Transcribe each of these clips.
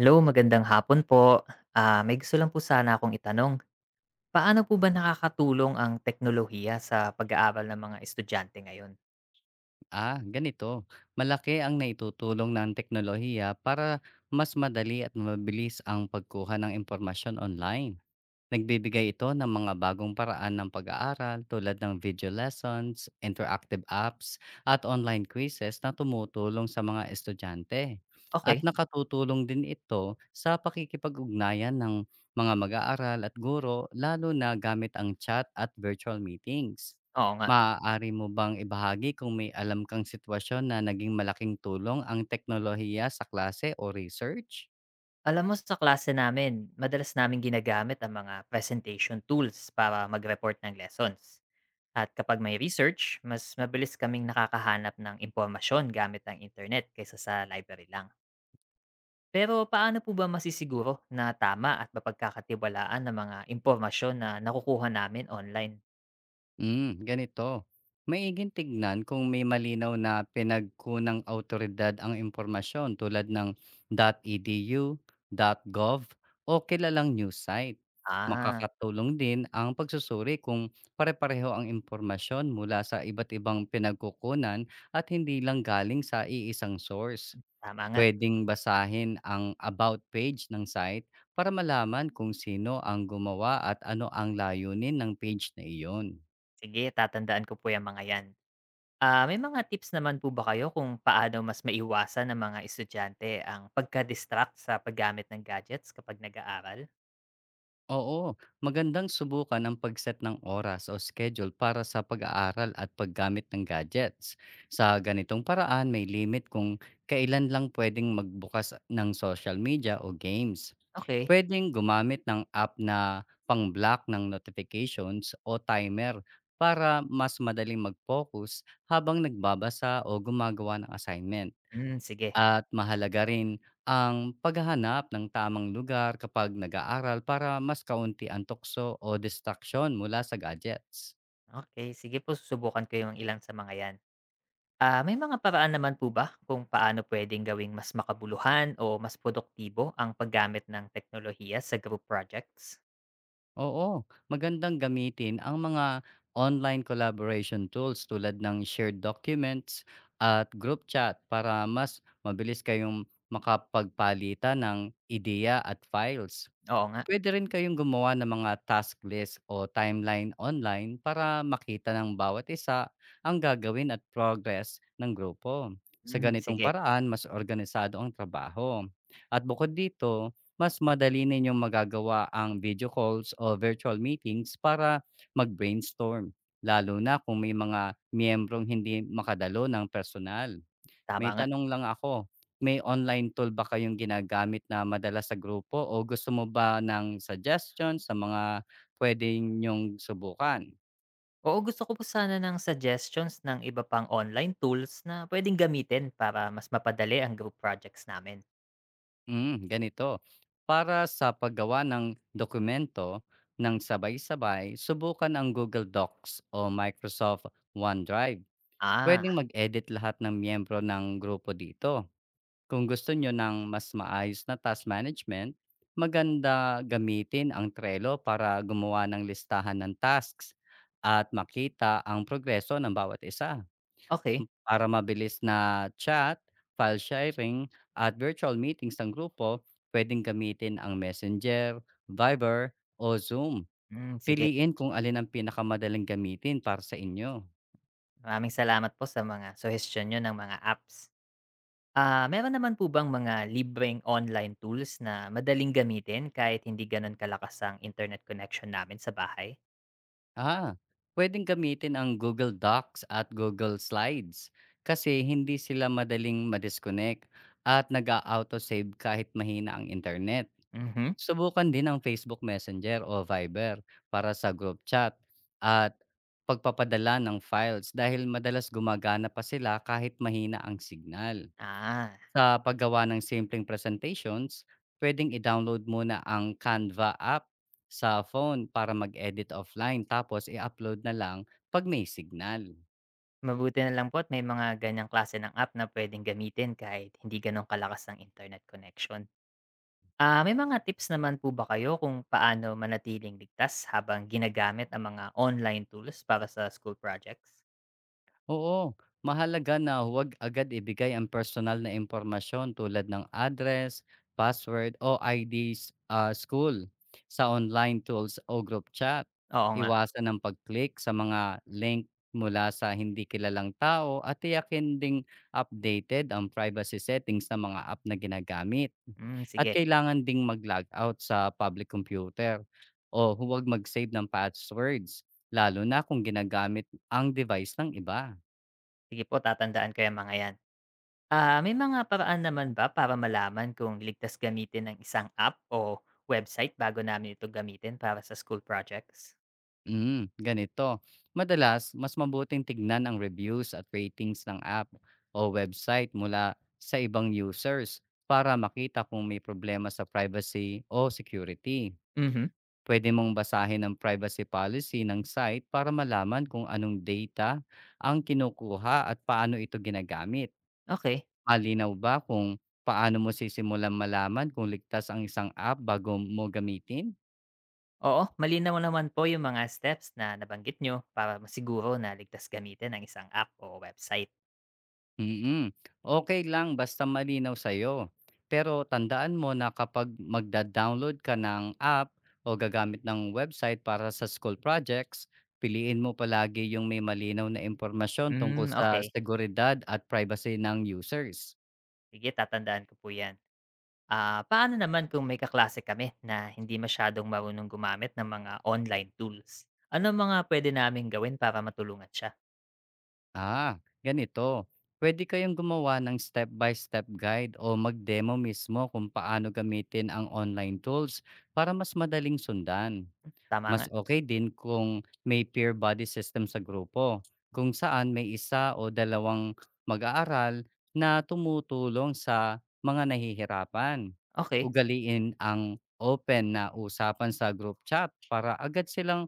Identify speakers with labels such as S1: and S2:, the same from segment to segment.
S1: Hello, magandang hapon po. May gusto lang po sana akong itanong. Paano po ba nakakatulong ang teknolohiya sa pag-aaral ng mga estudyante ngayon?
S2: Ah, ganito. Malaki ang naitutulong ng teknolohiya para mas madali at mabilis ang pagkuha ng impormasyon online. Nagbibigay ito ng mga bagong paraan ng pag-aaral tulad ng video lessons, interactive apps, at online quizzes na tumutulong sa mga estudyante. At
S1: Okay,
S2: nakatutulong din ito sa pakikipag-ugnayan ng mga mag-aaral at guro lalo na gamit ang chat at virtual meetings.
S1: oo nga.
S2: Maaari mo bang ibahagi kung may alam kang sitwasyon na naging malaking tulong ang teknolohiya sa klase o research?
S1: Alam mo, sa klase namin, madalas namin ginagamit ang mga presentation tools para mag-report ng lessons. At kapag may research, mas mabilis kaming nakakahanap ng impormasyon gamit ang internet kaysa sa library lang. Pero paano po ba masisiguro na tama at mapagkakatiwalaan ng mga impormasyon na nakukuha namin online?
S2: Ganito. Maiging tignan kung may malinaw na pinagkunang autoridad ang impormasyon tulad ng .edu, .gov o kilalang news site.
S1: Ah,
S2: Makakatulong din ang pagsusuri kung pare-pareho ang impormasyon mula sa iba't ibang pinagkukunan at hindi lang galing sa iisang source.
S1: tama nga.
S2: Pwedeng basahin ang about page ng site para malaman kung sino ang gumawa at ano ang layunin ng page na iyon.
S1: Sige, tatandaan ko po yung mga 'yan. May mga tips naman po ba kayo kung paano mas maiwasan ng mga estudyante ang pagka-distract sa paggamit ng gadgets kapag nag-aaral?
S2: Oo, magandang subukan ang pagset ng oras o schedule para sa pag-aaral at paggamit ng gadgets. Sa ganitong paraan, may limit kung kailan lang pwedeng magbukas ng social media o games.
S1: Okey.
S2: Pwedeng gumamit ng app na pang-block ng notifications o timer para mas madaling mag-focus habang nagbabasa o gumagawa ng assignment.
S1: Hmm, sige.
S2: At mahalaga rin ang paghahanap ng tamang lugar kapag nag-aaral para mas kaunti ang tukso o distraction mula sa gadgets.
S1: Okay, sige po, susubukan ko 'yung ilang sa mga 'yan. May mga paraan naman po ba kung paano puwedeng gawing mas makabuluhan o mas produktibo ang paggamit ng teknolohiya sa group projects?
S2: Oo, magandang gamitin ang mga online collaboration tools tulad ng shared documents at group chat para mas mabilis kayong makapagpalitan ng ideya at files.
S1: Oo nga.
S2: Puwede rin kayong gumawa ng mga task list o timeline online para makita ng bawat isa ang gagawin at progress ng grupo. Sa
S1: Mhm,
S2: ganitong
S1: sige,
S2: paraan, mas organisado ang trabaho. At bukod dito, mas madali ninyong magagawa ang video calls o virtual meetings para mag-brainstorm, lalo na kung may mga miyembrong hindi makadalo ng personal.
S1: tama
S2: May
S1: nga.
S2: tanong lang ako, may online tool ba kayong ginagamit na madalas sa grupo o gusto mo ba ng suggestion sa mga puwede niyong subukan?
S1: Oo, gusto ko po sana ng suggestions ng iba pang online tools na puwedeng gamitin para mas mapadali ang group projects namin.
S2: Ganito, para sa paggawa ng dokumento ng sabay-sabay, subukan ang Google Docs o Microsoft OneDrive. Pwedeng
S1: Ah,
S2: mag-edit lahat ng miyembro ng grupo dito. Kung gusto nyo ng mas maayos na task management, maganda gamitin ang Trello para gumawa ng listahan ng tasks at makita ang progreso ng bawat isa
S1: okay.
S2: para mabilis na chat, file sharing, at virtual meetings ng grupo, pwedeng gamitin ang Messenger, Viber, o Zoom.
S1: Hmm, sige.
S2: Piliin kung alin ang pinakamadaling gamitin para sa inyo.
S1: Maraming salamat po sa mga suggestion niyo ng mga apps. Meron naman po bang mga libreng online tools na madaling gamitin kahit hindi gano'n kalakas ang internet connection namin sa bahay?
S2: Ah, pwedeng gamitin ang Google Docs at Google Slides kasi hindi sila madaling madisconnect at nag autosave kahit mahina ang internet.
S1: Mhm.
S2: Subukan din ang Facebook Messenger o Viber para sa group chat at pagpapadala ng files dahil madalas gumagana pa sila kahit mahina ang signal.
S1: Ah,
S2: Sa paggawa ng simpleng presentations, puwedeng i-download muna ang Canva app sa phone para mag-edit offline tapos i-upload na lang 'pag may signal.
S1: mabuti na lang po at may mga ganiyang klase ng app na puwedeng gamitin kahit hindi gano'n kalakas ang internet connection. May mga tips naman po ba kayo kung paano manatiling ligtas habang ginagamit ang mga online tools para sa school projects?
S2: Oo, mahalaga na huwag agad ibigay ang personal na impormasyon tulad ng address, password o IDs school sa online tools o group chat.
S1: Oo nga.
S2: Iwasan ang pag-click sa mga link mula sa hindi kilalang tao at tiyakin ding updated ang privacy settings ng mga app na ginagamit.
S1: Hmm,
S2: At
S1: sige.
S2: kailangan ding mag-log out sa public computer o huwag mag-save ng passwords lalo na kung ginagamit ang device ng iba.
S1: Sige po, tatandaan ko yung mga yan. May mga paraan naman ba para malaman kung ligtas gamitin ng isang app o website bago namin ito gamitin para sa school projects?
S2: Ganito. Madalas, mas mabuting tignan ang reviews at ratings ng app o website mula sa ibang users para makita kung may problema sa privacy o security.
S1: Mhm.
S2: Pwede mong basahin ang privacy policy ng site para malaman kung anong data ang kinukuha at paano ito ginagamit.
S1: Okay.
S2: Malinaw ba kung paano mo sisimulan malaman kung ligtas ang isang app bago mo gamitin?
S1: Oo, malinaw naman po yung mga steps na nabanggit nyo para masiguro na ligtas gamitin ang isang app o website.
S2: Mm, okay lang basta malinaw sa'yo. Pero tandaan mo na kapag magda-download ka ng app o gagamit ng website para sa school projects, piliin mo palagi yung may malinaw na impormasyon tungkol
S1: Hmm,
S2: sa
S1: okay.
S2: seguridad at privacy ng users.
S1: Sige, tatandaan ko po yan. Paano naman kung may kaklase kami na hindi masyadong marunong gumamit ng mga online tools? Ano ang mga pwede namin gawin para matulungan siya?
S2: Ah, ganito, puwede kayong gumawa ng step-by-step guide o mag-demo mismo kung paano gamitin ang online tools para mas madaling sundan.
S1: Tama
S2: Mas
S1: nga.
S2: okay din kung may peer buddy system sa grupo, kung saan may isa o dalawang mag-aaral na tumutulong sa mga nahihirapan.
S1: Okay.
S2: Ugaliin ang open na usapan sa group chat para agad silang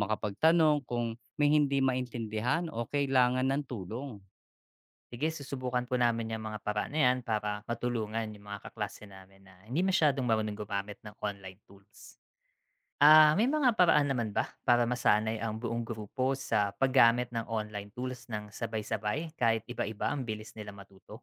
S2: makapagtanong kung may hindi maintindihan o kailangan ng tulong.
S1: Sige, susubukan po namin yung mga paraan na yan para matulungan yung mga kaklase namin na hindi masyadong marunong gumamit ng online tools. May mga paraan naman ba para masanay ang buong grupo sa paggamit ng online tools ng sabay-sabay kahit iba-iba ang bilis nila matuto?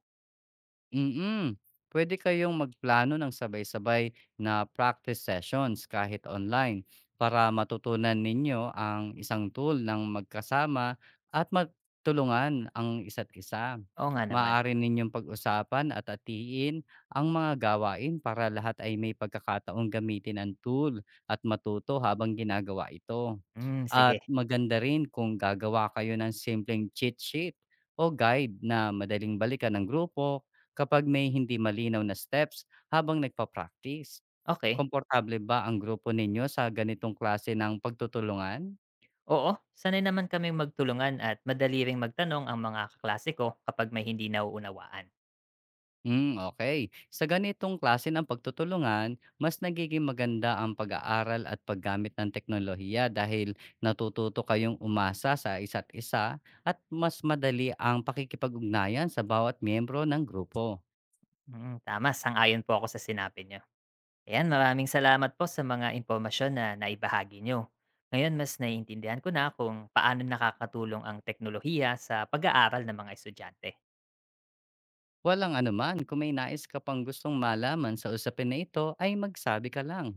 S2: Mm. Puwede kayong magplano ng sabay-sabay na practice sessions kahit online para matutunan ninyo ang isang tool ng magkasama at magtulungan ang isa't isa.
S1: Oo nga naman.
S2: Maaari ninyong pag-usapan at atiin ang mga gawain para lahat ay may pagkakataong gamitin ang tool at matuto habang ginagawa ito.
S1: Hmm, sige.
S2: At maganda rin kung gagawa kayo ng simpleng cheat sheet o guide na madaling balikan ng grupo kapag may hindi malinaw na steps habang nagpa-practice.
S1: Okay.
S2: Komportable ba ang grupo ninyo sa ganitong klase ng pagtutulungan?
S1: Oo, sanay naman kaming magtulungan at madali ring magtanong ang mga kaklase ko kapag may hindi nauunawaan.
S2: Hmm, okay. Sa ganitong klase ng pagtutulungan, mas nagiging maganda ang pag-aaral at paggamit ng teknolohiya dahil natututo kayong umasa sa isa't isa at mas madali ang pakikipag-ugnayan sa bawat miyembro ng grupo.
S1: Mm, tama, sang-ayon po ako sa sinabi niyo. Ayan, maraming salamat po sa mga impormasyon na naibahagi niyo. Ngayon, mas naiintindihan ko na kung paano nakakatulong ang teknolohiya sa pag-aaral ng mga estudyante.
S2: Walang anuman, kung may nais ka pang gustong malaman sa usapin na ito ay magsabi ka lang.